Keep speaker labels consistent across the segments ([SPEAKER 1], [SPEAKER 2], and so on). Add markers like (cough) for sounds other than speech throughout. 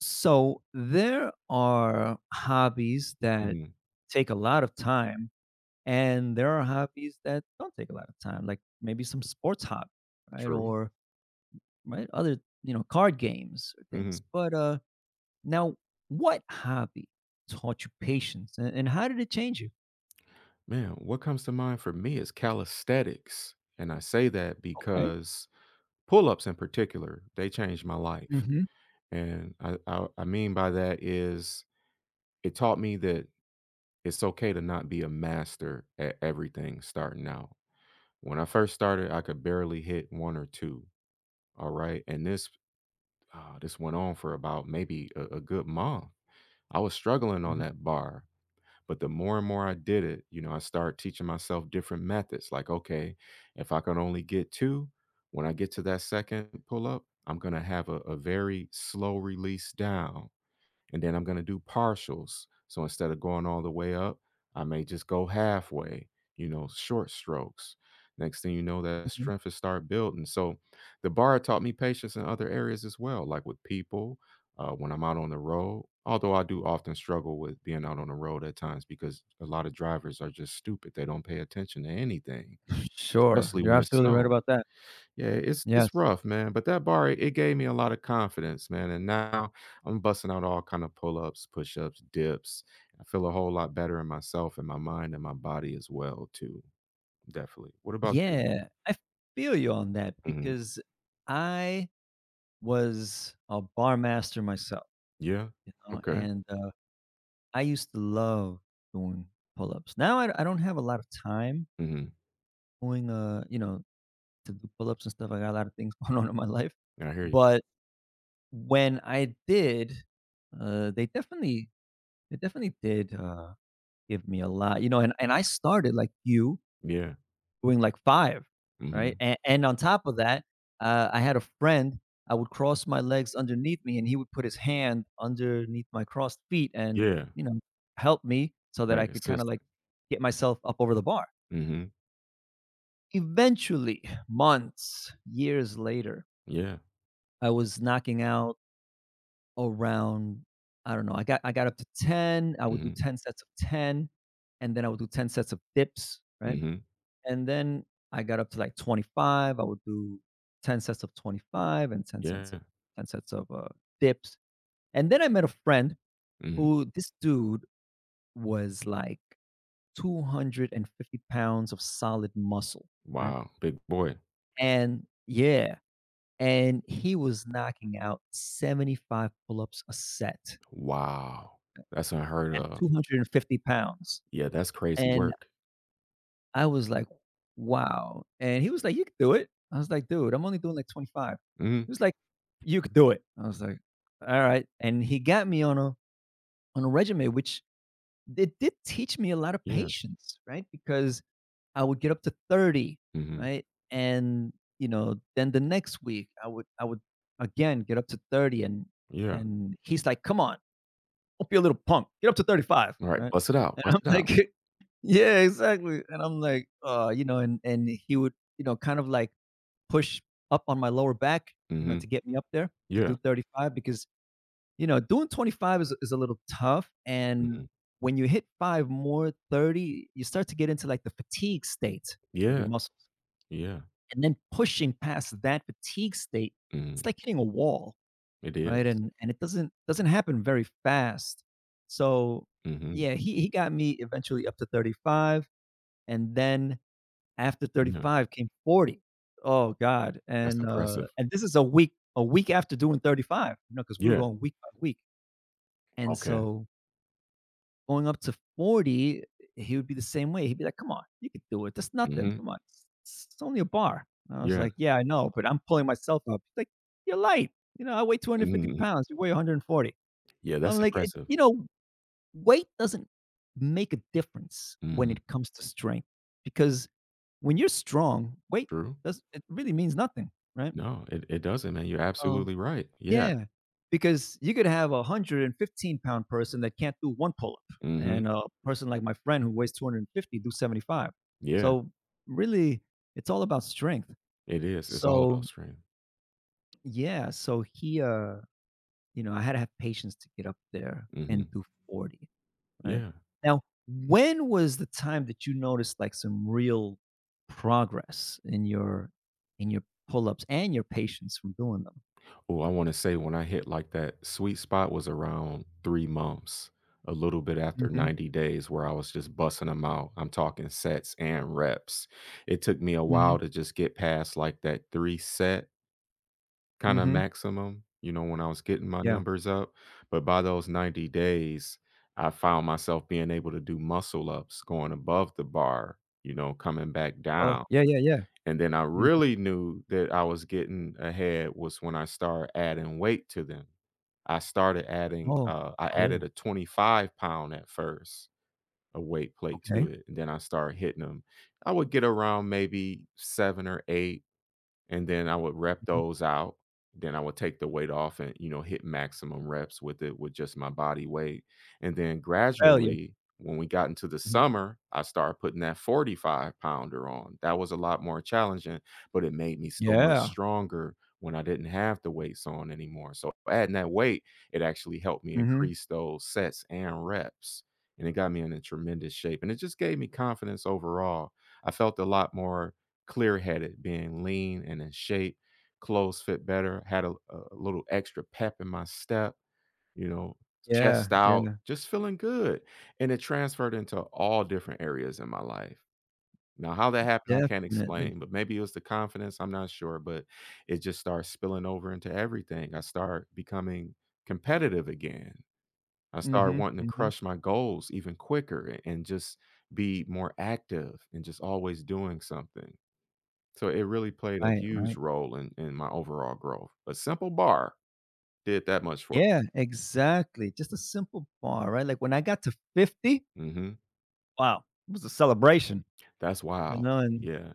[SPEAKER 1] So there are hobbies that
[SPEAKER 2] Mhm.
[SPEAKER 1] take a lot of time, and there are hobbies that don't take a lot of time, like maybe some sports hobby, right?
[SPEAKER 2] True.
[SPEAKER 1] Or right, other, card games or things.
[SPEAKER 2] Mhm.
[SPEAKER 1] But now what hobby taught you patience and how did it change you?
[SPEAKER 2] Man, what comes to mind for me is calisthenics, and I say that
[SPEAKER 1] Okay.
[SPEAKER 2] because pull-ups in particular, they changed my life,
[SPEAKER 1] Hmm.
[SPEAKER 2] and I mean by that is it taught me that it's okay to not be a master at everything starting out. When I first started, I could barely hit 1 or 2, all right? And this went on for about maybe a good month. I was struggling on
[SPEAKER 1] Hmm.
[SPEAKER 2] that bar. But the more and more I did it, you know, I started teaching myself different methods. Like, okay, if I can only get two, when I get to that second pull up, I'm going to have a very slow release down, and then I'm going to do partials. So instead of going all the way up, I may just go halfway, you know, short strokes. Next thing you know, that
[SPEAKER 1] Hmm.
[SPEAKER 2] strength is start building. So the bar taught me patience in other areas as well, like with people, when I'm out on the road. Although I do often struggle with being out on the road at times because a lot of drivers are just stupid. They don't pay attention to anything,
[SPEAKER 1] Sure.
[SPEAKER 2] especially
[SPEAKER 1] You're
[SPEAKER 2] when it
[SPEAKER 1] absolutely right
[SPEAKER 2] snows.
[SPEAKER 1] about that.
[SPEAKER 2] Yeah, it's
[SPEAKER 1] Yes.
[SPEAKER 2] it's rough, man, but that bar, it gave me a lot of confidence, man, and now I'm busting out all kind of pull-ups, push-ups, dips. I feel a whole lot better in myself and my mind and my body as well too, definitely. What about you,
[SPEAKER 1] Yeah,
[SPEAKER 2] man?
[SPEAKER 1] I feel you on that
[SPEAKER 2] Mhm.
[SPEAKER 1] because I was a bar master myself.
[SPEAKER 2] Yeah.
[SPEAKER 1] You know,
[SPEAKER 2] Okay.
[SPEAKER 1] and, I used to love doing pull-ups. Now I don't have a lot of time
[SPEAKER 2] Mhm.
[SPEAKER 1] doing, uh, you know, to do pull-ups and stuff. I got a lot of things (laughs) going on in my life,
[SPEAKER 2] I hear you.
[SPEAKER 1] but when I did, uh, they definitely they definitely did, give me a lot, and I started like you
[SPEAKER 2] Yeah.
[SPEAKER 1] doing like 5, right?
[SPEAKER 2] Mhm.
[SPEAKER 1] And on top of that, I had a friend, I would cross my legs underneath me, and he would put his hand underneath my crossed feet and,
[SPEAKER 2] Yeah.
[SPEAKER 1] help me so that I
[SPEAKER 2] Right,
[SPEAKER 1] could kinda,
[SPEAKER 2] assist.
[SPEAKER 1] like, get myself up over the bar.
[SPEAKER 2] Mhm.
[SPEAKER 1] Eventually, (sighs) months, years later,
[SPEAKER 2] Yeah.
[SPEAKER 1] I was knocking out around, I don't know, I got up to 10. I would do
[SPEAKER 2] Mhm.
[SPEAKER 1] 10 sets of 10, and then I would do 10 sets of dips, right?
[SPEAKER 2] Mhm.
[SPEAKER 1] And then I got up to like 25. I would do 10 sets of 25 and 10 cents of
[SPEAKER 2] Yeah.
[SPEAKER 1] 10 sets of dips. And then I met a friend
[SPEAKER 2] Mhm.
[SPEAKER 1] who this dude was like 250 pounds of solid muscle, right?
[SPEAKER 2] Wow, big boy.
[SPEAKER 1] And yeah, and he was knocking out 75 pull-ups a set
[SPEAKER 2] Wow. That's unheard
[SPEAKER 1] at
[SPEAKER 2] of.
[SPEAKER 1] 250 pounds.
[SPEAKER 2] Yeah, that's crazy
[SPEAKER 1] And
[SPEAKER 2] work.
[SPEAKER 1] I was like, "Wow," and he was like, "You could do it." I was like, "Dude, I'm only doing like 25."
[SPEAKER 2] Mhm.
[SPEAKER 1] He was like, "You could do it." I was like, "Alright," and he got me on a regimen, which it did teach me a lot of
[SPEAKER 2] Yeah.
[SPEAKER 1] patience, right? Because I would get up to 30,
[SPEAKER 2] Mhm.
[SPEAKER 1] right? And, then the next week, I would again get up to 30, and
[SPEAKER 2] Yeah.
[SPEAKER 1] and he's like, "Come on, don't be a little punk. Get up to 35,"
[SPEAKER 2] All right.
[SPEAKER 1] right?
[SPEAKER 2] Bust it out,
[SPEAKER 1] And
[SPEAKER 2] bust
[SPEAKER 1] I'm
[SPEAKER 2] it out.
[SPEAKER 1] like, (laughs) yeah, exactly. And I'm like, and he would, kind of like push up on my lower back, to
[SPEAKER 2] Mhm.
[SPEAKER 1] get me up there to do
[SPEAKER 2] Yeah.
[SPEAKER 1] 35 because, doing 25 is a little tough. And
[SPEAKER 2] Mhm.
[SPEAKER 1] when you hit five more 30, you start to get into like the fatigue state of your
[SPEAKER 2] Yeah,
[SPEAKER 1] muscles.
[SPEAKER 2] yeah.
[SPEAKER 1] And then pushing past that fatigue state, it's
[SPEAKER 2] Mhm.
[SPEAKER 1] like hitting a wall,
[SPEAKER 2] It
[SPEAKER 1] right?
[SPEAKER 2] is.
[SPEAKER 1] And it doesn't happen very fast. So,
[SPEAKER 2] Mhm.
[SPEAKER 1] yeah, he got me eventually up to 35, and then after
[SPEAKER 2] Yeah.
[SPEAKER 1] 35 came 40. Oh god,
[SPEAKER 2] That's
[SPEAKER 1] and, uh,
[SPEAKER 2] impressive.
[SPEAKER 1] and this is a week after doing 35, because we were
[SPEAKER 2] Yeah.
[SPEAKER 1] going week by week, and
[SPEAKER 2] Okay.
[SPEAKER 1] so going up to 40, he would be the same way. He'd be like, "Come on, you could do it. That's nothing.
[SPEAKER 2] Mhm.
[SPEAKER 1] Come on, it's only a bar." And I was
[SPEAKER 2] Yeah.
[SPEAKER 1] like, "Yeah, I know, but I'm pulling myself up." He's like, "You're light. You know, I weigh 250
[SPEAKER 2] Hmm. (laughs)
[SPEAKER 1] pounds. You weigh 140."
[SPEAKER 2] Yeah,
[SPEAKER 1] I'm
[SPEAKER 2] that's
[SPEAKER 1] like,
[SPEAKER 2] impressive.
[SPEAKER 1] weight doesn't make a difference when
[SPEAKER 2] Mhm.
[SPEAKER 1] it comes to strength, because when you're strong, weight
[SPEAKER 2] True.
[SPEAKER 1] does it really means nothing, right?
[SPEAKER 2] No, it doesn't, man. You're
[SPEAKER 1] Um,
[SPEAKER 2] absolutely right. Yeah.
[SPEAKER 1] yeah, because you could have a 115-pound person that can't do 1 pull-up
[SPEAKER 2] Mhm.
[SPEAKER 1] and a person like my friend who weighs 250 do 75.
[SPEAKER 2] Yeah.
[SPEAKER 1] So, really, it's all about strength.
[SPEAKER 2] It is. It's all
[SPEAKER 1] So,
[SPEAKER 2] about stream.
[SPEAKER 1] yeah, so he, I had to have patience to get up there and
[SPEAKER 2] Mhm.
[SPEAKER 1] do 40. Right.
[SPEAKER 2] Yeah.
[SPEAKER 1] Now, when was the time that you noticed like some real progress in your pull-ups and your patience from doing them?
[SPEAKER 2] Well, I wanna say when I hit, like, that sweet spot was around 3 months, a little bit after
[SPEAKER 1] Mhm,
[SPEAKER 2] 90 days where I was just busting them out. I'm talking sets and reps. It took me a
[SPEAKER 1] mhm,
[SPEAKER 2] while to just get past, like, that 3 set kinda
[SPEAKER 1] mhm.
[SPEAKER 2] maximum, you know, when I was getting my
[SPEAKER 1] Yeah.
[SPEAKER 2] numbers up, but by those 90 days, I found myself being able to do muscle ups, going above the bar, you know, coming back
[SPEAKER 1] Oh,
[SPEAKER 2] down.
[SPEAKER 1] yeah, yeah, yeah.
[SPEAKER 2] And then I
[SPEAKER 1] Mhm.
[SPEAKER 2] really knew that I was getting ahead was when I started adding weight to them. I started adding,
[SPEAKER 1] Oh,
[SPEAKER 2] I added
[SPEAKER 1] cool.
[SPEAKER 2] a 25-pound at first, a weight plate to
[SPEAKER 1] Okay.
[SPEAKER 2] it. And then I started hitting them. I would get around maybe seven or eight and then I would rep
[SPEAKER 1] Mhm.
[SPEAKER 2] those out. Then I would take the weight off and, you know, hit maximum reps with it with just my body weight. And then
[SPEAKER 1] Failure.
[SPEAKER 2] gradually, when we got into the
[SPEAKER 1] Mhm.
[SPEAKER 2] summer, I started putting that 45 pounder on. That was a lot more challenging, but it made me so much
[SPEAKER 1] Yeah.
[SPEAKER 2] stronger when I didn't have the weights on anymore. So adding that weight, it actually helped me
[SPEAKER 1] Mhm.
[SPEAKER 2] increase those sets and reps. And it got me in a tremendous shape. And it just gave me confidence overall. I felt a lot more clear headed, being lean and in shape. Clothes fit better, had a little extra pep in my step, you know,
[SPEAKER 1] Yeah,
[SPEAKER 2] chest out,
[SPEAKER 1] yeah,
[SPEAKER 2] just feeling good. And it transferred into all different areas in my life. Now, how that happened, I can't
[SPEAKER 1] definitely.
[SPEAKER 2] explain, but maybe it was the confidence. I'm not sure, but it just starts spilling over into everything. I start becoming competitive again. I started
[SPEAKER 1] Mhm,
[SPEAKER 2] wanting to
[SPEAKER 1] mhm.
[SPEAKER 2] crush my goals even quicker and just be more active and just always doing something. So it really played a
[SPEAKER 1] Right,
[SPEAKER 2] huge
[SPEAKER 1] right.
[SPEAKER 2] role in my overall growth. A simple bar did that much for
[SPEAKER 1] Yeah, exactly. Just a simple bar, right? Like when I got to 50,
[SPEAKER 2] me. Mhm.
[SPEAKER 1] wow, it was a celebration,
[SPEAKER 2] That's wild.
[SPEAKER 1] and
[SPEAKER 2] Yeah.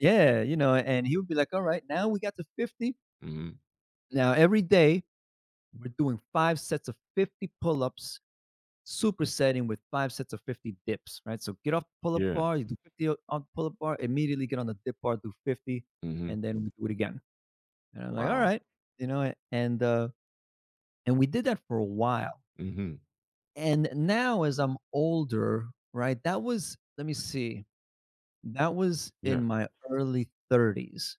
[SPEAKER 1] yeah, and he would be like, "All right, now we got to 50.
[SPEAKER 2] Mhm.
[SPEAKER 1] Now every day we're doing 5 sets of 50 pull-ups, supersetting with 5 sets of 50 dips," right? So get off the pull-up
[SPEAKER 2] Yeah.
[SPEAKER 1] bar, you do 50 o on the pull-up bar, immediately get on the dip bar, do 50,
[SPEAKER 2] Mhm.
[SPEAKER 1] and then we do it again. And I'm like, "All
[SPEAKER 2] Wow.
[SPEAKER 1] right." You know, and, uh, and we did that for a while.
[SPEAKER 2] Mhm.
[SPEAKER 1] And now as I'm older, right, that was let me see, that was in
[SPEAKER 2] Yeah.
[SPEAKER 1] my early 30s.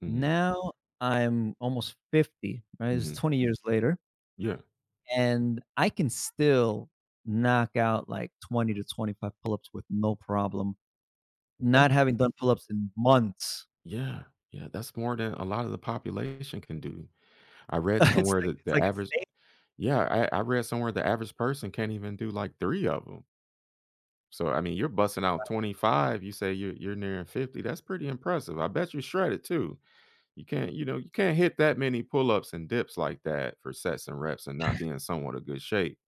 [SPEAKER 2] Mhm.
[SPEAKER 1] Now I'm almost 50, right? It's
[SPEAKER 2] Mhm.
[SPEAKER 1] 20 years later,
[SPEAKER 2] Yeah.
[SPEAKER 1] and I can still knock out like 20 to 25 pull-ups with no problem,
[SPEAKER 2] That's
[SPEAKER 1] not having done pull-ups in months.
[SPEAKER 2] yeah. Yeah, that's more than a lot of the population can do. I read
[SPEAKER 1] (laughs) It's
[SPEAKER 2] somewhere
[SPEAKER 1] like
[SPEAKER 2] that
[SPEAKER 1] it's
[SPEAKER 2] the
[SPEAKER 1] like a
[SPEAKER 2] average
[SPEAKER 1] state.
[SPEAKER 2] Yeah, I read somewhere the average person can't even do like 3 of them. So, I mean, you're busting out 25, you say you're nearing 50, that's pretty impressive. I bet you shred it too. You can't hit that many pull-ups and dips like that for sets and reps and not be in somewhat of good shape.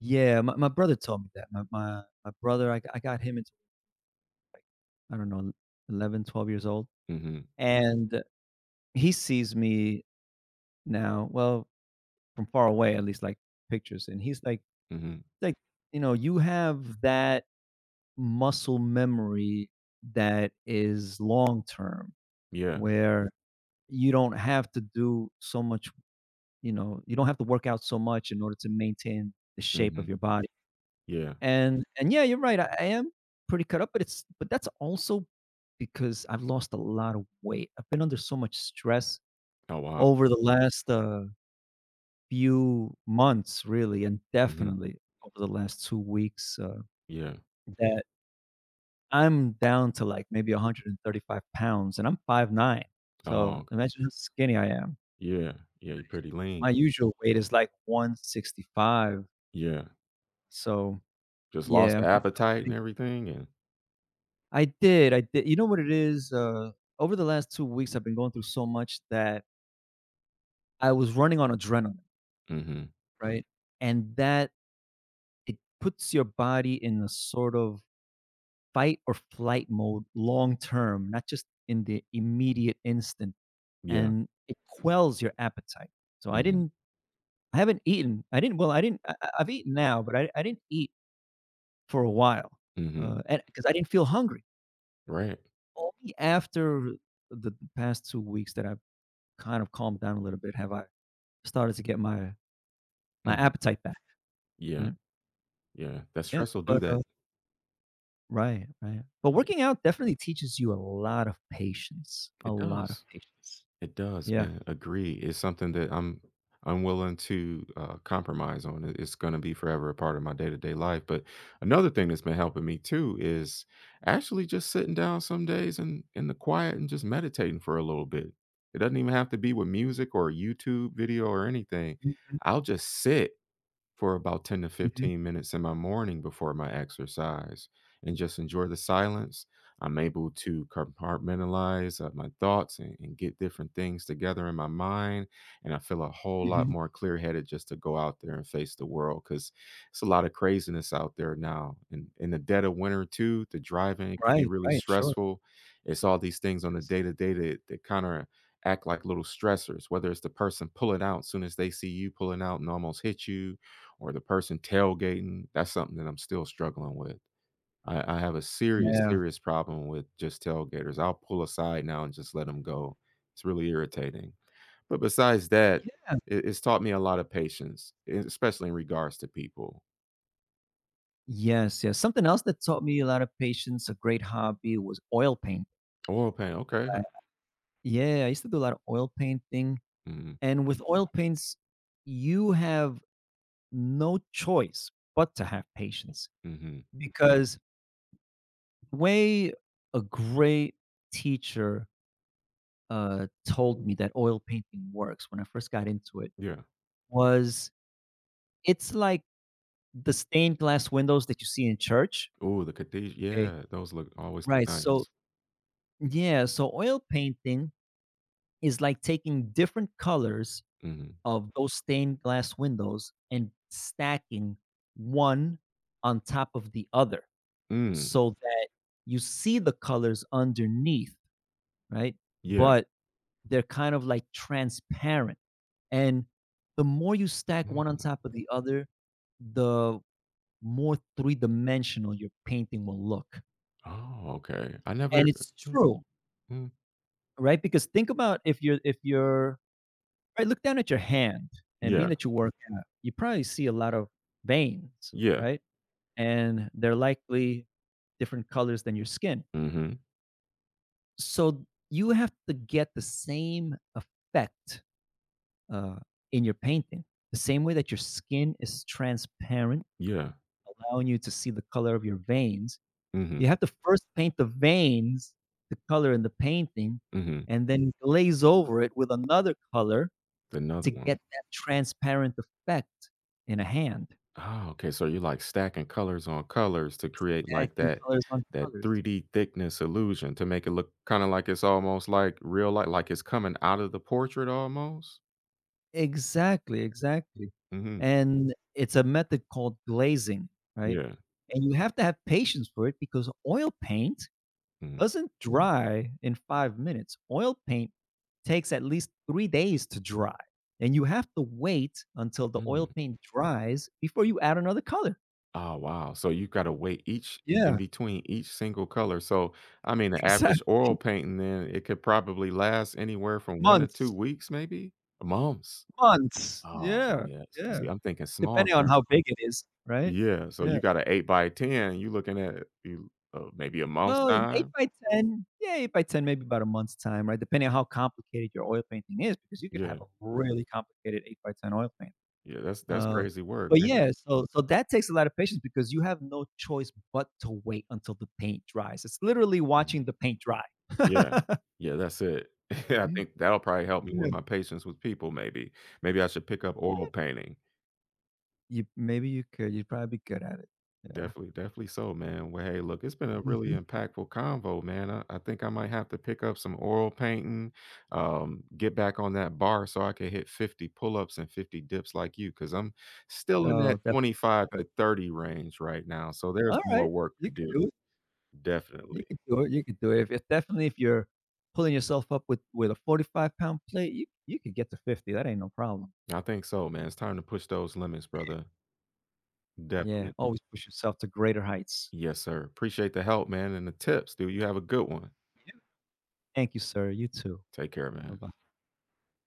[SPEAKER 1] Yeah, my brother told me that. My brother, I got him into, I don't know, 11, 12 years old,
[SPEAKER 2] Mhm,
[SPEAKER 1] and he sees me now, well, from far away, at least, like, pictures, and he's like
[SPEAKER 2] mhm,
[SPEAKER 1] like, "you have that" muscle memory that is long term,
[SPEAKER 2] yeah,
[SPEAKER 1] where you don't have to do so much, you don't have to work out so much in order to maintain the shape of
[SPEAKER 2] mhm,
[SPEAKER 1] your body.
[SPEAKER 2] yeah.
[SPEAKER 1] And yeah, you're right. I am pretty cut up, but it's but that's also because I've lost a lot of weight. I've been under so much stress
[SPEAKER 2] Oh, wow.
[SPEAKER 1] over the last few months, really, and
[SPEAKER 2] Mhm,
[SPEAKER 1] definitely over the last 2 weeks. Uh,
[SPEAKER 2] yeah.
[SPEAKER 1] that I'm down to, like, maybe 135 pounds, and I'm 5'9". So,
[SPEAKER 2] Oh, okay.
[SPEAKER 1] imagine how skinny I am.
[SPEAKER 2] Yeah, yeah, you're pretty lean.
[SPEAKER 1] My usual weight is, like, 165.
[SPEAKER 2] Yeah.
[SPEAKER 1] So,
[SPEAKER 2] Just lost
[SPEAKER 1] yeah,
[SPEAKER 2] the
[SPEAKER 1] I'm
[SPEAKER 2] appetite and
[SPEAKER 1] pretty.
[SPEAKER 2] everything and
[SPEAKER 1] I did. You know what it is? Over the last 2 weeks, I've been going through so much that I was running on adrenaline,
[SPEAKER 2] mhm,
[SPEAKER 1] right? And that, it puts your body in a sort of fight or flight mode long term, not just in the immediate instant,
[SPEAKER 2] yeah,
[SPEAKER 1] and it quells your appetite. So,
[SPEAKER 2] mhm,
[SPEAKER 1] I haven't eaten. I didn't well, I've eaten now, but I didn't eat for a while,
[SPEAKER 2] mhm,
[SPEAKER 1] and because I didn't feel hungry.
[SPEAKER 2] right,
[SPEAKER 1] Only after the past 2 weeks that I've kind of calmed down a little bit have I started to get my
[SPEAKER 2] mhm,
[SPEAKER 1] appetite back,
[SPEAKER 2] yeah,
[SPEAKER 1] right?
[SPEAKER 2] yeah. That
[SPEAKER 1] Yeah,
[SPEAKER 2] stress will do that.
[SPEAKER 1] right, right. But
[SPEAKER 2] It
[SPEAKER 1] working out definitely teaches you a lot of patience, a
[SPEAKER 2] it
[SPEAKER 1] lot of
[SPEAKER 2] does.
[SPEAKER 1] patience.
[SPEAKER 2] It does,
[SPEAKER 1] Yeah.
[SPEAKER 2] man. Agree. It's something that I'm unwilling to compromise on. It's going to be forever a part of my day to day life. But another thing that's been helping me too is actually just sitting down some days and in the quiet and just meditating for a little bit. It doesn't even have to be with music or a YouTube video or anything.
[SPEAKER 1] Mhm,
[SPEAKER 2] I'll just sit for about 10 to
[SPEAKER 1] mhm,
[SPEAKER 2] 15 minutes in my morning before my exercise and just enjoy the silence. I'm able to compartmentalize my thoughts and get different things together in my mind. And I feel a whole lot
[SPEAKER 1] mhm.
[SPEAKER 2] more clear headed just to go out there and face the world because it's a lot of craziness out there now. And in the dead of winter, too, the driving can be
[SPEAKER 1] Right,
[SPEAKER 2] really
[SPEAKER 1] right, sure.
[SPEAKER 2] stressful. It's all these things on the
[SPEAKER 1] Yes.
[SPEAKER 2] day to day that kind of act like little stressors, whether it's the person pulling out soon as they see you pulling out and almost hit you, or the person tailgating, that's something that I'm still struggling with. I have a serious,
[SPEAKER 1] Yeah.
[SPEAKER 2] serious problem with just tailgaters. I'll pull aside now and just let them go. It's really irritating. But besides that, it's taught me a lot of patience, especially in regards to people.
[SPEAKER 1] Yes, yes. Something else that taught me a lot of patience, a great hobby, was oil paint.
[SPEAKER 2] Oil paint, okay.
[SPEAKER 1] Yeah, I used to do a lot of oil painting.
[SPEAKER 2] Mm-hmm.
[SPEAKER 1] And with oil paints, you have no choice but to have patience
[SPEAKER 2] Hmm.
[SPEAKER 1] because the way a great teacher told me that oil painting works when I first got into it
[SPEAKER 2] Yeah.
[SPEAKER 1] was, it's like the stained glass windows that you see in church.
[SPEAKER 2] Oh, the cathedral.
[SPEAKER 1] Okay.
[SPEAKER 2] Yeah, those look always look
[SPEAKER 1] Right. So,
[SPEAKER 2] nice.
[SPEAKER 1] yeah. So, oil painting is like taking different colors
[SPEAKER 2] Hmm.
[SPEAKER 1] of those stained glass windows and stacking one on top of the other
[SPEAKER 2] Mm,
[SPEAKER 1] so that you see the colors underneath, right?
[SPEAKER 2] yeah.
[SPEAKER 1] But they're kind of like transparent. And the more you stack one on
[SPEAKER 2] Mm.
[SPEAKER 1] top of the other, the more three dimensional your painting will look.
[SPEAKER 2] Oh, okay. I
[SPEAKER 1] And
[SPEAKER 2] never.
[SPEAKER 1] it's
[SPEAKER 2] Mm,
[SPEAKER 1] true,
[SPEAKER 2] mm.
[SPEAKER 1] right? Because think about if you're, right, look down at your hand, and being
[SPEAKER 2] Yeah.
[SPEAKER 1] that you work out, you probably see a lot of veins,
[SPEAKER 2] Yeah.
[SPEAKER 1] right? And they're likely different colors than your skin.
[SPEAKER 2] Hmm.
[SPEAKER 1] So you have to get the same effect uh, in your painting, the same way that your skin is transparent,
[SPEAKER 2] Yeah.
[SPEAKER 1] allowing you to see the color of your veins.
[SPEAKER 2] Hmm.
[SPEAKER 1] You have to first paint the veins, the color in the painting,
[SPEAKER 2] Hmm.
[SPEAKER 1] and then glaze over it with another color
[SPEAKER 2] Another
[SPEAKER 1] to
[SPEAKER 2] one.
[SPEAKER 1] get that transparent effect in a hand,
[SPEAKER 2] Oh, okay, so you're, like, stacking colors on colors to create, like,
[SPEAKER 1] stacking
[SPEAKER 2] that
[SPEAKER 1] colors on
[SPEAKER 2] that
[SPEAKER 1] colors.
[SPEAKER 2] 3D thickness illusion to make it look kinda like it's almost, like, real li like it's coming out of the portrait almost?
[SPEAKER 1] Exactly, exactly.
[SPEAKER 2] Mhm.
[SPEAKER 1] And it's a method called glazing, right?
[SPEAKER 2] Yeah.
[SPEAKER 1] And you have to have patience for it because oil paint
[SPEAKER 2] Mhm.
[SPEAKER 1] doesn't dry in 5 minutes. Oil paint takes at least 3 days to dry, and you have to wait until the oil
[SPEAKER 2] Mm.
[SPEAKER 1] paint dries before you add another color.
[SPEAKER 2] Oh, wow. So you gotta wait each in
[SPEAKER 1] Yeah,
[SPEAKER 2] between each single color, so, I mean, the average
[SPEAKER 1] exactly.
[SPEAKER 2] oil painting then, it could probably last anywhere from 1 to 2
[SPEAKER 1] Months,
[SPEAKER 2] weeks maybe? Months.
[SPEAKER 1] months.
[SPEAKER 2] Oh,
[SPEAKER 1] Yeah,
[SPEAKER 2] yes.
[SPEAKER 1] yeah.
[SPEAKER 2] See, I'm thinking small
[SPEAKER 1] Depending on
[SPEAKER 2] term.
[SPEAKER 1] how big it is, right?
[SPEAKER 2] Yeah, so
[SPEAKER 1] Yeah.
[SPEAKER 2] you got a 8 by 10, you looking at you maybe a month's
[SPEAKER 1] Well, in 8
[SPEAKER 2] time?
[SPEAKER 1] by 10, yeah, 8 by 10, maybe about a month's time, right? Depending on how complicated your oil painting is, because you could have
[SPEAKER 2] Yeah,
[SPEAKER 1] a really complicated 8 by 10 oil paint.
[SPEAKER 2] yeah, that's
[SPEAKER 1] Uh,
[SPEAKER 2] crazy work,
[SPEAKER 1] but
[SPEAKER 2] maybe
[SPEAKER 1] yeah, so that takes a lot of patience because you have no choice but to wait until the paint dries. It's literally
[SPEAKER 2] mhm,
[SPEAKER 1] watching the paint dry.
[SPEAKER 2] yeah,
[SPEAKER 1] (laughs)
[SPEAKER 2] yeah, that's it. (laughs) I
[SPEAKER 1] Mhm,
[SPEAKER 2] think that'll probably help me
[SPEAKER 1] yeah.
[SPEAKER 2] with my patience with people maybe. Maybe I should pick up oil painting.
[SPEAKER 1] You maybe you could, you'd probably be good at it. Yeah.
[SPEAKER 2] Definitely, definitely so, man. Well, hey, look, it's been a really
[SPEAKER 1] Mhm.
[SPEAKER 2] impactful convo, man. I think I might have to pick up some oil painting, get back on that bar so I can hit 50 pull ups and 50 dips like you, because I'm still in
[SPEAKER 1] Oh,
[SPEAKER 2] that
[SPEAKER 1] that's
[SPEAKER 2] 25
[SPEAKER 1] good.
[SPEAKER 2] to 30 range right now. So there's more
[SPEAKER 1] Alright,
[SPEAKER 2] work to
[SPEAKER 1] you can
[SPEAKER 2] do.
[SPEAKER 1] do it. You
[SPEAKER 2] Definitely.
[SPEAKER 1] can do it, you can do it. If definitely if you're pulling yourself up with a 45-pound plate, you could get to 50, that ain't no problem.
[SPEAKER 2] I think so, man. It's time to push those limits, brother.
[SPEAKER 1] Yeah,
[SPEAKER 2] Definitely.
[SPEAKER 1] always push yourself to greater heights.
[SPEAKER 2] Yes, sir. Appreciate the help, man, and the tips, dude. You have a good one.
[SPEAKER 1] Yeah. Thank you, sir. You too.
[SPEAKER 2] Take care, man.
[SPEAKER 1] Bye-bye.